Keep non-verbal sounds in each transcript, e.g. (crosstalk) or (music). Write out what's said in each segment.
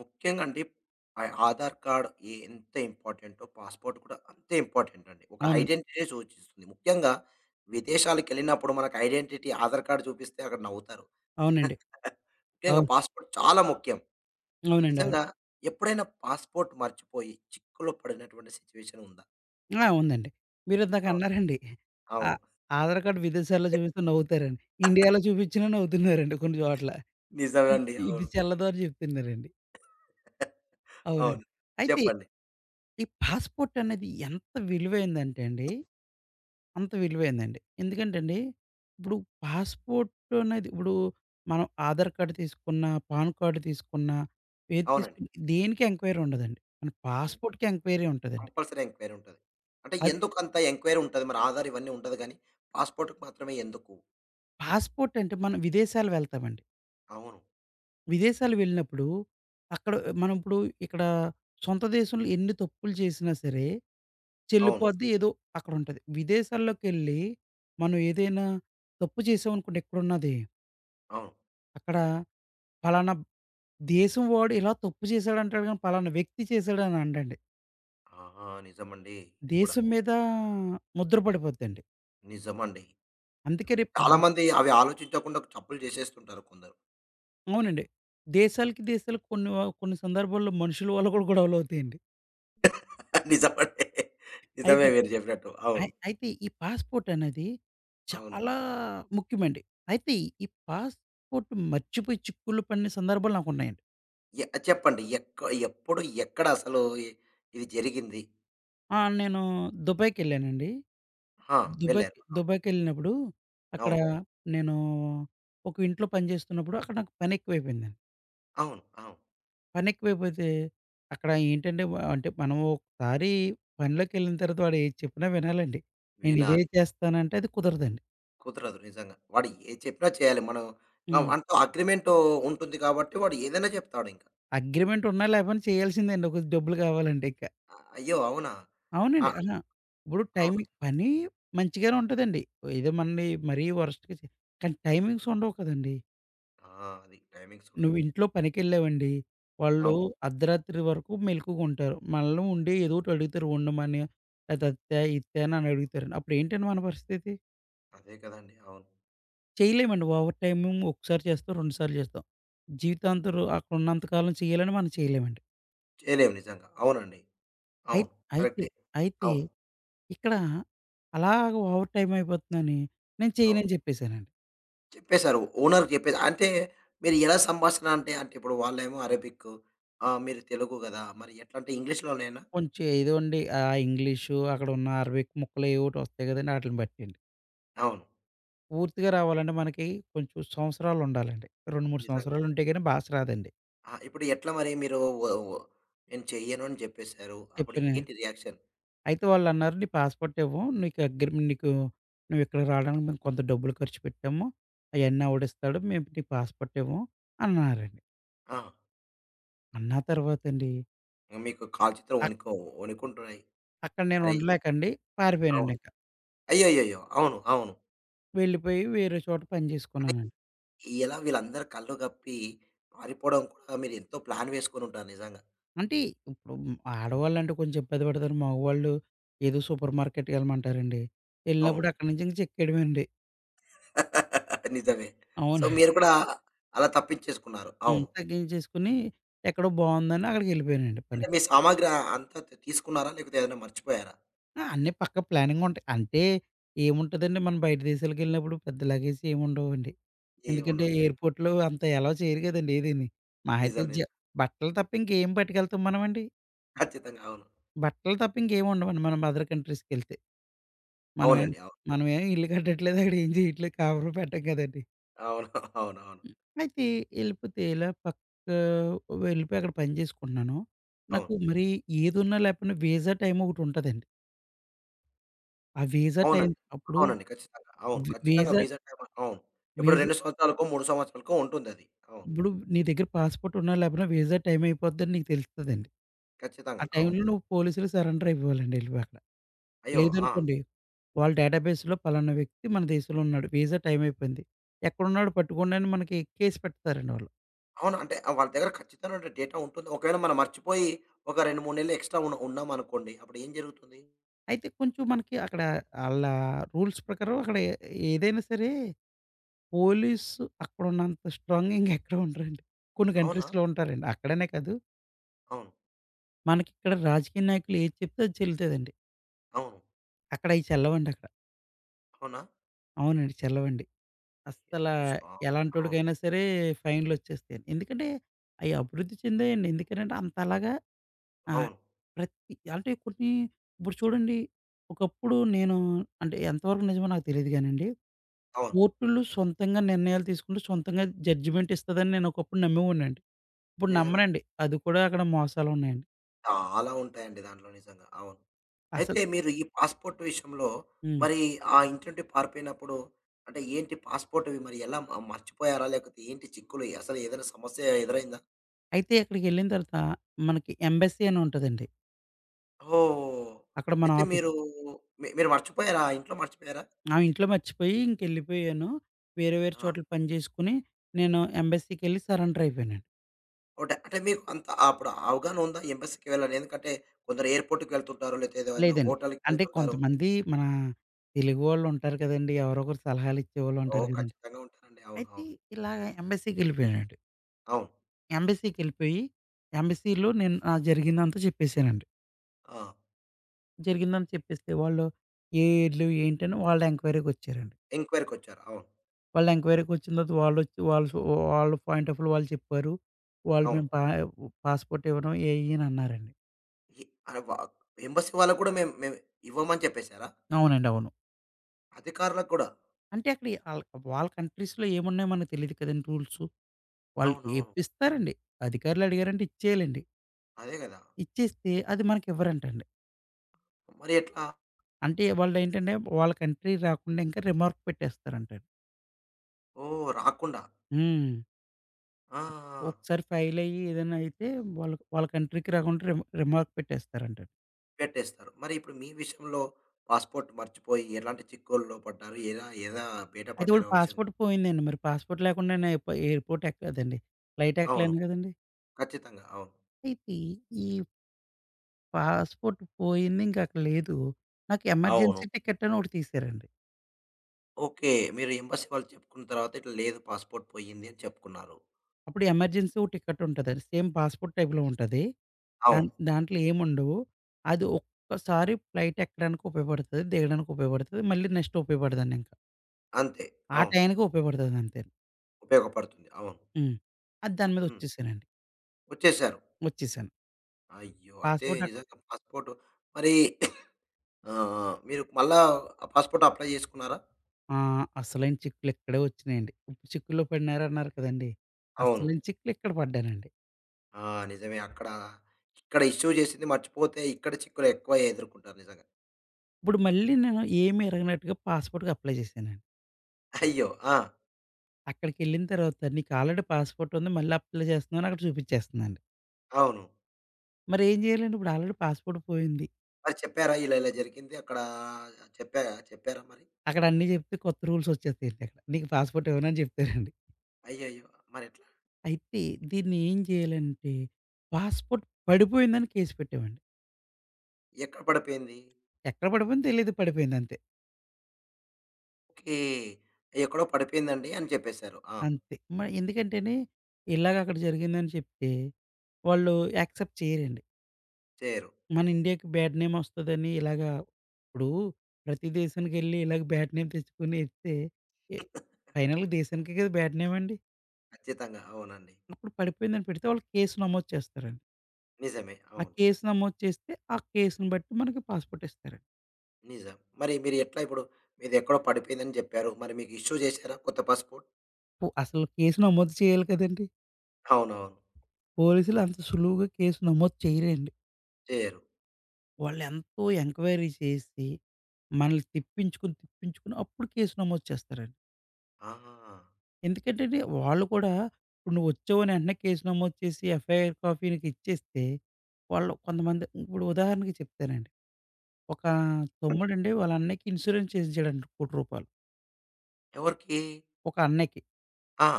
ముఖ్యంగా అండి, ఆ ఆధార్ కార్డ్ ఎంత ఇంపార్టెంటో పాస్‌పోర్ట్ కూడా అంతే ఇంపార్టెంట్ అండి. ఒక అవును. ఐడెంటిటీ‌ని సూచిస్తుంది. ముఖ్యంగా విదేశాలకెళ్ళినప్పుడు మనకు ఐడెంటిటీ ఆధార్ కార్డ్ చూపిస్తే అక్కడ నవ్వుతారు. అవునండి. (laughs) ముఖ్యంగా అవును. పాస్‌పోర్ట్ చాలా ముఖ్యం. అవునండి. అవును. నిజంగా ఎప్పుడైనా పాస్‌పోర్ట్ మర్చిపోయి చిక్కులో పడినటువంటి సిట్యుయేషన్ ఉందా? ఆ! ఉందండి. మీరిందాక అవును. అన్నారండి. ఆ అవును. ఆధార్ కార్డ్ విదేశాల్లో చూపిస్తే నవ్వుతారని. ఇండియాలో (laughs) చూపించినా నవ్వుతున్నారండి కొన్ని చోట్ల. ఇ నిజమండి. ఇది అవును. చెల్లదు అని చెప్తున్నారండి. (laughs) అవునండి. అవును. అయితే చెప్పండి. ఈ పాస్‌పోర్ట్ అనేది ఎంత విలువైందంటే అండి, అంత విలువైందండి. ఎందుకంటే అండి, ఇప్పుడు పాస్‌పోర్ట్ అనేది ఇప్పుడు మనం ఆధార్ కార్డ్ తీసుకున్నా, పాన్ కార్డ్ తీసుకున్నా, ఏది అవునండి. తీసుకున్నా దేనికి ఎంక్వైరీ ఉండదండి. మన పాస్‌పోర్ట్‌కి ఎంక్వైరీ ఉంటదండి. కంపల్సరీ ఎంక్వైరీ ఉంటది. అంటే అద్ ఎందుకంత ఎంక్వైరీ ఉంటది? మరి ఆధార్ ఇవన్నీ ఉండదు గానీ, పాస్‌పోర్ట్‌కి మాత్రమే ఎందుకు? పాస్‌పోర్ట్ అంటే మనం విదేశాలు వెళ్తామండి. అవును. విదేశాలు వెళ్ళినప్పుడు అక్కడ మనం ఇప్పుడు ఇక్కడ సొంత దేశంలో ఎన్ని తప్పులు చేసినా సరే అవును. చెల్లిపోద్ది ఏదో అక్కడ ఉంటది. విదేశాల్లోకెళ్ళి మనం ఏదైనా తప్పు చేసామనుకోండి ఇక్కడున్నది. అవును. అక్కడ పలానా దేశం వాడు ఇలా తప్పు చేశాడంటాడు గానీ పలానా వ్యక్తి చేశాడని అనడండి. ఆ, నిజమండి. ఇది గూడా. దేశం మీద ముద్ర పడిపోద్దండి. నిజమండి. అందుకే రేపు చాలా మంది అవి ఆలోచించకుండా చప్పులు చేసేస్తుంటారు కొందరు. అవునండి. దేశాలకు కొన్ని కొన్ని సందర్భాల్లో మనుషుల వల్ల కూడా గొడవలవుతాయండి. (laughs) నిజమండి. నిజమే అయితే మీరు చెప్పినట్టు. అవును. అయితే ఈ పాస్‌పోర్ట్ అనేది అవును. చాలా ముఖ్యమండి. అయితే ఈ పాస్‌పోర్ట్ మర్చిపోయి చిక్కులు పడిన సందర్భాలు నాకున్నాయండి. చెప్పండి. ఎప్పుడు, ఎక్కడ అసలు ఇది జరిగింది? ఆ! నేను దుబాయ్‌కెళ్ళానండి. ఆ! వెళ్లారు. దుబాయ్‌కెళ్ళినప్పుడు అక్కడ అవును. నేను ఒక ఇంట్లో పని చేస్తున్నప్పుడు అక్కడ నాకు పని ఎక్కువైపోయిందండి. అవును. అవును. పని ఎక్కువైపోతే అక్కడ ఏంటంటే అంటే మనం ఒకసారి పనిలోకెళ్ళిన తర్వాత వాడు ఏది చెప్పినా వినాలండి. నేను ఇదే వినాలి. చేస్తానంటే అది కుదరదండి. కుదరదు నిజంగా. వాడు ఏది చెప్పినా చేయాలి. మనం ఆహ్, హ్మ్. అంటూ అగ్రీమెంట్ ఉంటుంది కాబట్టి వాడు ఏదైనా చెప్తాడు ఇంకా. అగ్రీమెంట్ ఉన్నా లేకపోయినా చేయాల్సిందే అండి. ఒక డబ్బులు కావాలంటే ఇక. ఆ, అయ్యో! అవునా? ఆ! అవునండి. అహా! ఇప్పుడు అవును. టైమింగ్ పని మంచిగానే ఉంటదండి. ఏదో మనని మరీ వరస్ట్‌గా చే కానీ టైమింగ్స్ ఉండవు కదండీ. ఆ! అది టైమింగ్స్ నువ్వు ఉండవు. ఇంట్లో పనికెళ్ళావండి. వాళ్ళు అవును. అర్ధరాత్రి వరకు మెలుకువగుంటారు. మనల్ని ఉండి ఏదో ఒకటి అడుగుతారు ఉండమని. లేతే అత్తా, ఇత్తా అని అని అడుగుతారండి. అప్పుడేంటండి మన పరిస్థితి? అదే కదండీ! అవును. చేయలేమండి. ఓవర్ టైము ఒకసారి చేస్తాం, 2 సార్లు చేస్తాం. జీవితాంతం అక్కడ ఉన్నంత కాలం చేయాలని మనం చేయలేమండి. చేయలేము నిజంగా. అవునండి. అయి అవును. అయితే కరెక్టే. అయితే అవును. ఇక్కడ అలాగా ఓవర్ టైమ్ అయిపోతుందని నేను అవును. చేయనని చెప్పేసానండి. చెప్పేసారు. ఓనర్‌కి చెప్పేసి అంటే మీరు ఎలా సంభాషణ అంటే, అంటే ఇప్పుడు వాళ్ళేమో అరబిక్, ఆహ్, మీరు తెలుగు గదా! మరి ఎట్లా అంటే ఇంగ్లీష్‌లోనేనా? కొంచెం ఏదోండి ఆ ఇంగ్లీషు, అక్కడున్న అరబిక్ ముక్కలు ఏవోటి వస్తాయి కదండీ! ఆటిలిని బట్టండి. అవును. పూర్తిగా రావాలంటే మనకి కొంచెం సంవత్సరాలుండాలండి. 2, 3 నిజంగా. సంవత్సరాలుంటే గాని భాష రాదండి. ఆ! ఇప్పుడు ఎట్లా మరి మీరు వ వ నేను చెయ్యను అని చెప్పేసారు. అప్పుడు చెప్పిన ఏంటి రియాక్షన్? అయితే వాళ్ళన్నారు, "నీ పాస్‌పోర్ట్ ఇవ్వం. నీకు అగ్రిమెంట్ నీకు నువ్విక్కడికి రావడానికి మేము కొంత డబ్బులు ఖర్చు పెట్టాము. అయన్నీ ఆవిడిస్తాడు. మేము నీకు పాస్‌పోర్ట్ ఇవ్వం" అన్నారండి. ఆ! అన్న తర్వాతండి మీకు కాల్చేతులు అక్ వణుకుంటున్నాయి. అక్కడ నేను అరే! ఉండలేకండి అవును. పారిపోయానండింక. అయ్యయ్యయ్యో! అవును. అవును. వెళ్ళిపోయి వేరే చోట పని చేసుకున్నానండి. ఇలా వీళ్ళందరూ కళ్ళు గప్పి పారిపోవడం కూడా మీరు ఎంతో ప్లాన్ వేసుకొనుంటారు నిజంగా. అంటే ఇప్పుడు ఆడవాళ్ళంటే కొంచెం ఇబ్బంది పడతారు. మగవాళ్ళు ఏదో సూపర్ మార్కెట్‌కి ఎళ్ళమంటారండి. అవును. ఎళ్ళినప్పుడు అక్కడి నుంచి ఇంక చెక్కేయడమేనండి. (laughs) నిజమే. సో, అవును. మీరు కూడా అలా తప్పించేసుకున్నారు. హ్మ్. అవును. తగ్గించేసుకొని ఎక్కడో బావుందని అక్కడికెళ్ళిపోయానండి అంటే పనికి. మీ సామాగ్రి అంతా తీసుకున్నారా? లేకపోతే ఏదైనా మర్చిపోయారా? ఆ! అన్నీ పక్క ప్లానింగ్ ఉంటాయి. అంటే ఏముంటదండి మనం బయట దేశాలకెళ్ళినప్పుడు పెద్ద లగేజ్ ఏముండవండి. ఎందుకంటే ఏముండవు. నిజం. ఎయిర్‌పోర్ట్‌లో అంత అలౌ చేయరు కదండీ ఏదీని. మహా అయితే నిజం. నిజం. బట్టలు తప్ప ఇంకేం పట్టుకెళ్తాం మనమండి? ఖచ్చితంగా. అవును. బట్టలు తప్ప ఇంకేం ఉండవండి మనం అదర్ కంట్రీస్‌కెళ్తే. మనం ఏ అవునండి. అవును. మనం ఏం ఇల్లు కట్టట్లేదు. అక్కడ ఏం చేయట్లేదు. కాపురం పెట్టం కదండీ! అవును. అవునవును. అయితే ఎళ్ళిపోతే ఇలా పక్క వెళ్ళిపోయి అక్కడ పని చేసుకుంటున్నాను. అవును. నాకు మరి ఏదున్నా లేకపోయినా వీసా టైమ్ ఒకటుంటదండి. ఆ వీసా అవునండి. టైమ్ అప్పుడు అవునండి. ఖచ్చితంగా. అవును. వి ఖచ్చితంగా వీసా వీసా టైమ్ అవును. ఇప్పుడు వీసా 2 సంవత్సరాలకో, 3 సంవత్సరాలకో ఉంటుందది. అవును. ఇప్పుడు నీ దగ్గర పాస్‌పోర్ట్ ఉన్నా లేకపోయినా వీసా టైమ్ అయిపోద్దని నీకు తెలుస్తదండి. ఆ ఖచ్చితంగా. అవును. టైమ్‌లో నువ్వు పోలీసులు సరెండర్ అయిపోవాలండి ఎళ్ళిపోయి అక్కడ. అయ్యో! ఆ! లేదనుకోండి వాళ్ళ డేటాబేస్‌లో పలానా వ్యక్తి మన దేశంలో ఉన్నాడు. వీసా టైమ్ అయిపోయింది. ఎక్కడున్నాడో పట్టుకోండి అని మనకి కేస్ పెడతారండి వాళ్ళు. అవును. అంటే ఆ వాళ్ళ దగ్గర ఖచ్చితమైన డేటా ఉంటుంది. ఒకవేళ మనం మర్చిపోయి ఒక 2, 3 నెలలు ఎక్స్‌ట్రా ఉన్నామనుకోండి. అప్పుడు ఏం జరుగుతుంది? అయితే కొంచెం మనకి అక్కడ ఆళ్ళ రూల్స్ ప్రకారం అక్కడ ఏదైనా సరే పోలీసు అక్కడున్నంత స్ట్రాంగ్ ఇంకెక్కడ ఉండరండి. కొన్ని అవునా? కంట్రీస్‌లో ఉంటారండి. అక్కడనే కాదు, అవును. మనకిక్కడ రాజకీయ నాయకులు ఏది చెప్తే అది చెల్లుతదండి. అవును. అక్కడ అయి చెల్లవండక్కడ. అవునా? అవునండి. చెల్లవండి. అస్సలా ఎంత స్ట్రాంగ్. అవును. ఎలాంటోడికైనా సరే ఫైన్‌లొచ్చేస్తాయండి. ఎందుకంటే, అయి అభివృద్ధి చెందాయండి. ఎందుకనంటే అంతలాగా ఆ! అవును. ప్రతి అంటే కొన్ని ఇప్పుడు చూడండి, ఒకప్పుడు నేను అంటే ఎంతవరకు నిజమో నాకు తెలీదు గానండి అవును. కోర్టులు సొంతంగా నిర్ణయాలు తీసుకుంటూ, సొంతంగా జడ్జిమెంట్ ఇస్తదని నేను ఒకప్పుడు నమ్మేవాడినండి. ఇప్పుడు నిజమే. నమ్మనండి. అది కూడా అక్కడ మోసాలున్నాయండి. చాలా ఉంటాయండి దాంట్లో నిజంగా. అవును. అసలు అయితే మీరు ఈ పాస్‌పోర్ట్ విషయంలో హ్మ్. మరి ఆ ఇంటి నుండి పారిపోయినప్పుడు అంటే ఏంటి పాస్‌పోర్ట్ ఇవి మరి ఎలా మర్చిపోయారా? లేకపోతే ఏంటి చిక్కులు? అసలు ఏదైనా సమస్య ఎదురైందా? అయితే అక్కడికెళ్ళిన తర్వాత మనకి ఎంబసీ అని ఉంటదండి. ఓహ్! అక్కడ మన అయితే ఆఫీస్. మీరు మీరు మర్చిపోయారా? ఆ ఇంట్లో మర్చిపోయారా? ఆ! ఇంట్లో మర్చిపోయి ఇంకెళ్ళిపోయాను. వేరే వేరే ఆ! చోట్ల పని చేసుకొని నేను ఎంబసీకెళ్ళి సరెండర్ అయిపోయానండి. ఒకటే అంటే మీకు అంత అప్పుడు అవగాహన ఉందా ఎంబసీకి వెళ్ళాలని? ఎందుకంటే కొందరు ఎయిర్‌పోర్ట్‌కి వెళ్తుంటారు. లేతే ఏదైనా లేదండి. హోటల్‌కి అంటే వెళ్తుంటారు. కొంతమంది మన తెలుగు వాళ్ళుంటారు కదండీ! ఎవరో ఒకరు సలహాలిచ్చేవాళ్ళుంటారు ఓహ్! కదండీ! ఖచ్చితంగా ఉంటారండి. అవును. అయితే అవును. ఇలాగ ఎంబసీకెళ్ళిపోయానండి. అవును. ఎంబసీకెళ్ళిపోయి, ఎంబసీలో నేను నా జరిగిందంతా చెప్పేసానండి. ఆ! జరిగిందంతా చెప్పేస్తే వాళ్ళు ఏ ఇల్లు, ఏంటని వాళ్ళ ఎంక్వైరీకొచ్చారండి. ఎంక్వైరీకొచ్చారు. అవును. వాళ్ళ ఎంక్వైరీకొచ్చిన తర్వాత వాళ్ళొచ్చి వాళ్ళ వాళ్ళ పాయింట్ ఆఫ్ వ్యూలో వాళ్ళు చెప్పారు. వాళ్ళు అవును. మేము పాస్‌పోర్ట్ ఇవ్వను, అయి, ఇయి అని అన్నారండి. ఎ అరె! ఎంబసీ వాళ్ళకి కూడా మేము మేము ఇవ్వమని చెప్పేసారా? అవునండి. అవును. అధికారులకు కూడా. అంటే అక్కడ ఆళ్ళ వాళ్ళ కంట్రీస్‌లో ఏమున్నాయో మనకు తెలీదు కదండీ రూల్సు. వాళ్ళు అవునవును. ఇప్పిస్తారండి. అధికారులు అడిగారంటే ఇచ్చేయాలండి. అదే గదా! ఇచ్చేస్తే అది మనకివ్వరంటండి. మరి ఎట్లా? అంటే వాళ్ళేంటంటే వాళ్ళ కంట్రీ రాకుండా ఇంకా రిమార్క్ పెట్టేస్తారంటండి. ఓహ్! రాకుండా. హ్మ్. ఆ! ఆ! ఒకసారి ఫెయిల్ అయ్యి ఏదైనా అయితే వాళ్ళ వాళ్ళ కంట్రీకి రాకుండా రిమార్క్ పెట్టేస్తారంటండి. పెట్టేస్తారు. మరి ఇప్పుడు మీ విషయంలో పాస్‌పోర్ట్ మర్చిపోయి ఎలాంటి చిక్కుల్లో పడ్డారు? ఎలా ఎలా బయట అయితే వాడి పడ్డారో విషయం. పాస్‌పోర్ట్ పోయిందండి. మరి పాస్‌పోర్ట్ లేకుండానే ఎయిర్‌పోర్ట్ ఎక్కలేదండి. ఫ్లైట్ అవును. ఎక్కలేను కదండీ! ఖచ్చితంగా. అవును. అయితే ఈ పాస్‌పోర్ట్ పోయింది ఇంక అక్కడ లేదు. నాకు అవును. ఎమర్జెన్సీ టికెట్ అని ఒకటి తీశారండి. ఓకే. మీరు ఎంబసీ వాళ్ళు చెప్పుకున్న తర్వాత ఇట్లా లేదు పాస్‌పోర్ట్ పోయింది అని చెప్పుకున్నారు. అప్పుడు ఎమర్జెన్సీ ఓ టికెట్ ఉంటదండి. సేమ్ పాస్‌పోర్ట్ టైప్‌లో ఉంటది. అవును. కానీ దాంట్లో ఏముండవు. అది ఒక్కసారి ఫ్లైట్ ఎక్కడానికి ఉపయోగపడతది. దిగడానికి ఉపయోగపడతది. మళ్ళీ నెక్స్ట్ ఉపయోగపడదండి ఇంక. అంతే. ఆ అవును. టయానికి ఉపయోగపడతది అంతే. ఉపయోగపడుతుంది. అవును. హ్మ్. అది దాని మీద హ్మ్. వచ్చేసానండి. వచ్చేసారు. వచ్చేసాను. అయ్యో! అయితే పాస్‌పోర్ట్ అక్కడ నిజంగా పాస్‌పోర్ట్ మరి (coughs) ఆహ్, మీరు మళ్ళా ఆ పాస్‌పోర్ట్ అప్లై చేసుకున్నారా? ఆ! అసలైన చిక్కులిక్కడే వచ్చినాయండి. ఉప్పు చిక్కుల్లో పడినారన్నారు కదండీ! అవును. అసలైన చిక్కులు ఇక్కడ పడ్డానండి. ఆ! నిజమే. అక్కడ, ఇక్కడ ఇష్యూ చేసింది మర్చిపోతే ఇక్కడ చిక్కులు ఎక్కువ ఎదుర్కొంటారు నిజంగా. ఇప్పుడు మళ్ళీ నేను ఏమి ఎరగనట్టుగా పాస్‌పోర్ట్‌కి అప్లై చేశానండి. అయ్యో! ఆ! అక్కడికెళ్ళిన తర్వాత నీకు ఆల్రెడీ పాస్‌పోర్ట్ ఉంది. మళ్ళీ అప్లై చేస్తున్నావు అని అక్కడ చూపించేస్తుందండి. అవును. మరి ఏం చేయాలండి? ఇప్పుడు ఆల్రెడీ పాస్‌పోర్ట్ పోయింది. మరి చెప్పారా? ఇలా ఇలా జరిగింది అక్కడ చెప్పా చెప్పారా మరి? అక్కడ అన్నీ చెప్తే కొత్త రూల్స్ వచ్చేస్తాయండి అక్కడ. నీకు పాస్‌పోర్ట్ ఇవ్వను అని చెప్తారండి. అయ్యయ్యో! మరెట్లా? అయితే దీన్ని ఏం చేయాలంటే పాస్‌పోర్ట్ పడిపోయిందని కేస్ పెట్టామండి. ఎక్కడ పడిపోయింది? ఎక్కడ పడిపోయిందో తెలీదు పడిపోయిందంతే. ఓకే. ఎక్కడో పడిపోయిందండి అని చెప్పేసారు. ఆ! అంతే. మరి ఎందుకంటేనే ఇలాగ అక్కడ జరిగిందని చెప్తే, వాళ్ళు యాక్సెప్ట్ చేయరండి. చేయరు. మన ఇండియాకి బ్యాడ్ నేమ్ వస్తదని ఇలాగా ఇప్పుడు ప్రతి దేశానికెళ్ళి ఇలాగ బ్యాడ్ నేమ్ తెచ్చుకొని ఎస్తే ఎ ఫైనల్‌గా దేశానికే కదా బ్యాడ్ నేమ్ అండి. ఖచ్చితంగా. అవునండి. అప్పుడు పడిపోయిందని పెడితే వాళ్ళు కేసు నమోదు చేస్తారండి. నిజమే. ఆ అవును. కేసు నమోదు చేస్తే, ఆ కేసుని బట్టి మనకి పాస్‌పోర్ట్ ఇస్తారండి. నిజం. మరి మీరు ఎట్లా ఇప్పుడు మీదెక్కడో పడిపోయిందని చెప్పారు. మరి మీకు ఇష్యూ చేశారా కొత్త పాస్‌పోర్ట్? అసలు కేసు నమోదు చేయాలి కదండీ! అవునవును. పోలీసులు అంత సులువుగా కేసు నమోదు చేయరండి. చేయరు. వాళ్ళెంతో ఎంక్వైరీ చేసి, మనల్ని తిప్పించుకొని అప్పుడు కేసు నమోదు చేస్తారండి. ఆహా! ఎందుకంటేండి వాళ్ళు కూడా ఇప్పుడు నువ్వొచ్చావని వెంటనే కేసు నమోదు చేసి ఎఫ్ఐఆర్ కాపీ నీకిచ్చేస్తే, వాళ్ళు కొంతమంది ఇప్పుడు ఉదాహరణకి చెప్తానండి. ఒక తమ్ముడండి వాళ్ళ అన్నయ్యకి ఇన్సూరెన్స్ చేయించాడండి రూ. 1,00,00,000. ఎవరికీ? ఒక అన్నయ్యకి. ఆ!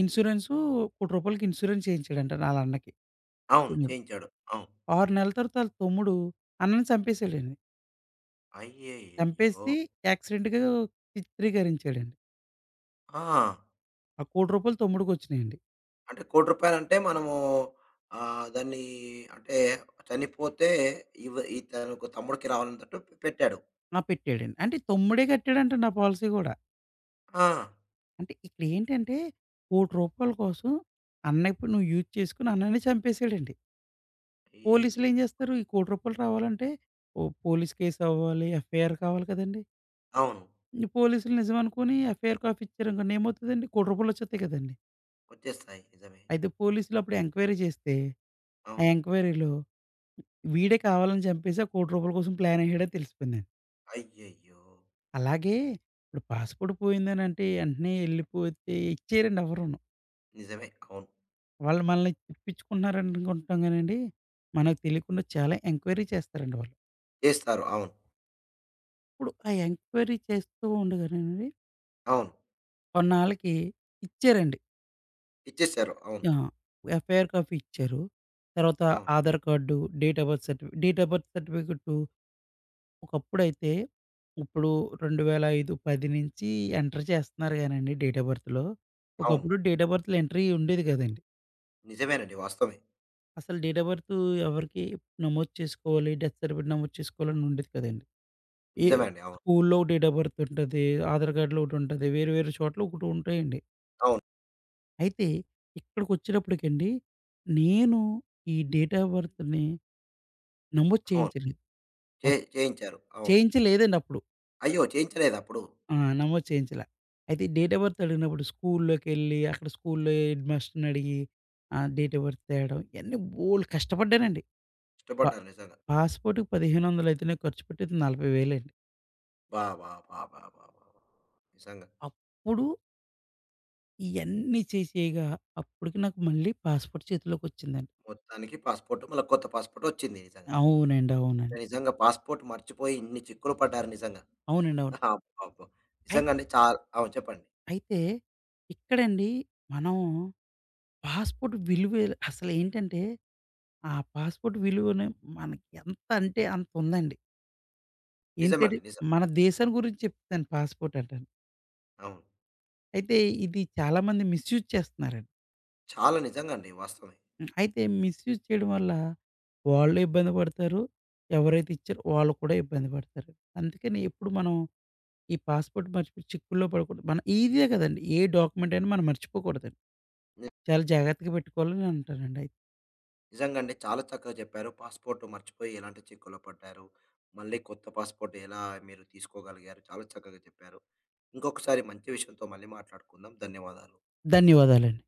ఇన్సూరెన్సు రూ. 1,00,00,000 ఇన్సూరెన్స్ చేయించాడంట ఆళ్ళ అన్నకి అవును. తమ్ముడు. చేయించాడు. అవును. 6 నెలల తర్వాత ఆళ్ళ తమ్ముడు అన్నని చంపేసాడండి. అయ్యయ్యయ్యో! చంపేసి యాక్సిడెంట్‌గా చిత్రీకరించాడండి. ఆ! ఆ రూ. 1,00,00,000 తమ్ముడికొచ్చినియండి. అంటే రూ. 1,00,00,000 మనము ఆహ్, దాన్ని అంటే చనిపోతే ఇతనుకు తమ్ముడికి రావాలన్నట్టు పెట్టాడు. ఆ! పెట్టాడండి. అంటే తమ్ముడే కట్టాడంట నా పాలిసీ గూడా. ఆ! అంటే ఇక్కడేంటంటే రూ. 1,00,00,000 కోసం అన్నయ్య ఇప్పుడు నువ్వు యూజ్ చేసుకొని అన్నయ్యనే చంపేసాడండి. పోలీసులేం అయ్యయ్యయ్యో! జేస్తారు? ఈ రూ. 1,00,00,000 రావాలంటే ఓ పోలీస్ కేస్ అవ్వాలి, ఎఫ్ఐఆర్ కావాలి కదండీ! అవును. ఈ పోలీసులు నిజమనుకోని ఎఫ్ఐఆర్ కాపీ ఇచ్చారనుకోండి ఏమవుతదండి? రూ. 1,00,00,000 వచ్చేత్తాయి కదండీ! వచ్చేస్తాయి. నిజమే. అయితే పోలీసులు అప్పుడు ఎంక్వైరీ చేస్తే, ఆ అవును. ఎంక్వైరీలో వీడే కావాలని చంపేసి ఆ రూ. 1,00,00,000 కోసం ప్లానేసాడని తెలిసిపోయిందండి. అయ్యయ్యో! అలాగే ఇప్పుడు పాస్‌పోర్ట్ పోయిందనంటే ఎంటనే ఎళ్ళిపోతే ఇచ్చేయరండి ఎవరును. నిజమే. అవును. వాళ్ళు మనల్ని తిప్పించుకుంటున్నారనుకుంటాం గానండి, మనకు తెలియకుండా చాలా ఎంక్వైరీ చేస్తారండి వాళ్ళు. చేస్తారు. అవును. ఇప్పుడు ఆ ఎంక్వైరీ చేస్తూ ఉండగానండి అవును. కొన్నాళ్ళకి ఇచ్చారండి. ఇచ్చేసారు. అవును. ఆ! ఎఫ్ఐఆర్ కాపీ ఇచ్చారు. తర్వాత అవును. Aadhaar card, date of birth certificate ఒకప్పుడైతే ఇప్పుడు 2005, 10 నుంచి ఎంటర్ చేస్తున్నారు గానండి డేట్ ఆఫ్ బర్త్‌లో. అవును. ఒకప్పుడు డేట్ ఆఫ్ బర్త్‌లో ఎంట్రీ ఉండేది కాదండి. నిజమేనండి. వాస్తవమే. అసలు డేట్ ఆఫ్ బర్త్ ఎవరికి నమోదు చేసుకోవాలి, డెత్ సర్టిఫికేట్ నమోదు చేసుకోవాలని ఉండేది కదండీ. ఈ నిజమే అండి. అవును. స్కూల్లో డేట్ ఆఫ్ బర్త్ ఉంటది. ఆధార్ కార్డ్‌లో ఒకటుంటది. వేరు వేరు చోట్ల ఒకటి ఉంటాయండి. అవును. అయితే ఇక్కడికొచ్చేటప్పటికండి నేను ఈ డేట్ ఆఫ్ బర్త్‌ని నమోదు అవును. చేయించలేదు. చే అప్ చేయించారు. అవును. చేయించలేదండి అప్పుడు. అయ్యో! చేయించలేదప్పుడు? ఆ! నమోదు చేయించలా. అయితే డేట్ ఆఫ్ బర్త్ అడిగినప్పుడు స్కూల్లోకెళ్ళి అక్కడ స్కూల్‌లో హెడ్‌మాస్టర్‌ని అడిగి ఆహ్, డేట్ ఆఫ్ బర్త్ తేడం ఇయన్నీ బోలెడు కష్టపడ్డానండి. ప ఇష్టపడ్డారు నిజంగా. పాస్‌పోర్ట్‌కి 1,500 అయితేనే ఖర్చు పెట్టేది 40,000 అండి. బా! బా! బా! బా! బా! బా! బా. నిజంగా. అప్పుడు ఇయన్నీ చేసేయగా అప్పటికి నాకు మళ్ళీ పాస్‌పోర్ట్ చేతిలోకొచ్చిందండి. మొత్తానికి పాస్‌పోర్ట్ మళ్ళా కొత్త పాస్‌పోర్ట్ వచ్చింది నిజంగా. అవునండి. అవునండి. నిజంగా పాస్‌పోర్ట్ మర్చిపోయి ఇన్ని చిక్కులు పడ్డారు నిజంగా. అవునండి. అవును. అబ్బబ్బా! అయి నిజంగా అండి. అవును చెప్పండి. అయితే ఇక్కడండి మనం పాస్‌పోర్ట్ విలువే అసలేంటంటే, ఆ పాస్‌పోర్ట్ విలువనే మనకి ఎంత అంటే అంత ఉందండి. ఏంటంటే నిజమండి. నిజం. మన దేశాన్ని గురించి చెప్తాను పాస్‌పోర్ట్ అంటాను. అవును. అయితే ఇది చాలామంది మిస్‌యూజ్ చేస్తున్నారండి. చాలా నిజంగా అండి. వాస్తవమే. హ్మ్. అయితే మిస్‌యూజ్ చేయడం వల్ల వాళ్ళు ఇబ్బంది పడతారు. ఎవరైతే ఇచ్చారో వాళ్ళు కూడా ఇబ్బంది పడతారు. అందుకని ఎప్పుడు మనం ఈ పాస్‌పోర్ట్ మర్చిపోయి చిక్కుల్లో పడకూడదు. మన ఈజీయే కదండీ! ఏ డాక్యుమెంట్ అయినా మనం మర్చిపోకూడదండి. ని చాలా జాగ్రత్తగా పెట్టుకోవాలని అంటానండి అయితే. నిజంగా అండి. చాలా చక్కగా చెప్పారు. పాస్‌పోర్ట్ మర్చిపోయి ఎలాంటి చిక్కుల్లో పడ్డారు. మళ్ళీ కొత్త పాస్‌పోర్ట్ ఎలా మీరు తీసుకోగలిగారు. చాలా చక్కగా చెప్పారు. ఇంకొకసారి మంచి విషయంతో మళ్ళీ మాట్లాడుకుందాం. ధన్యవాదాలు. ధన్యవాదాలండి.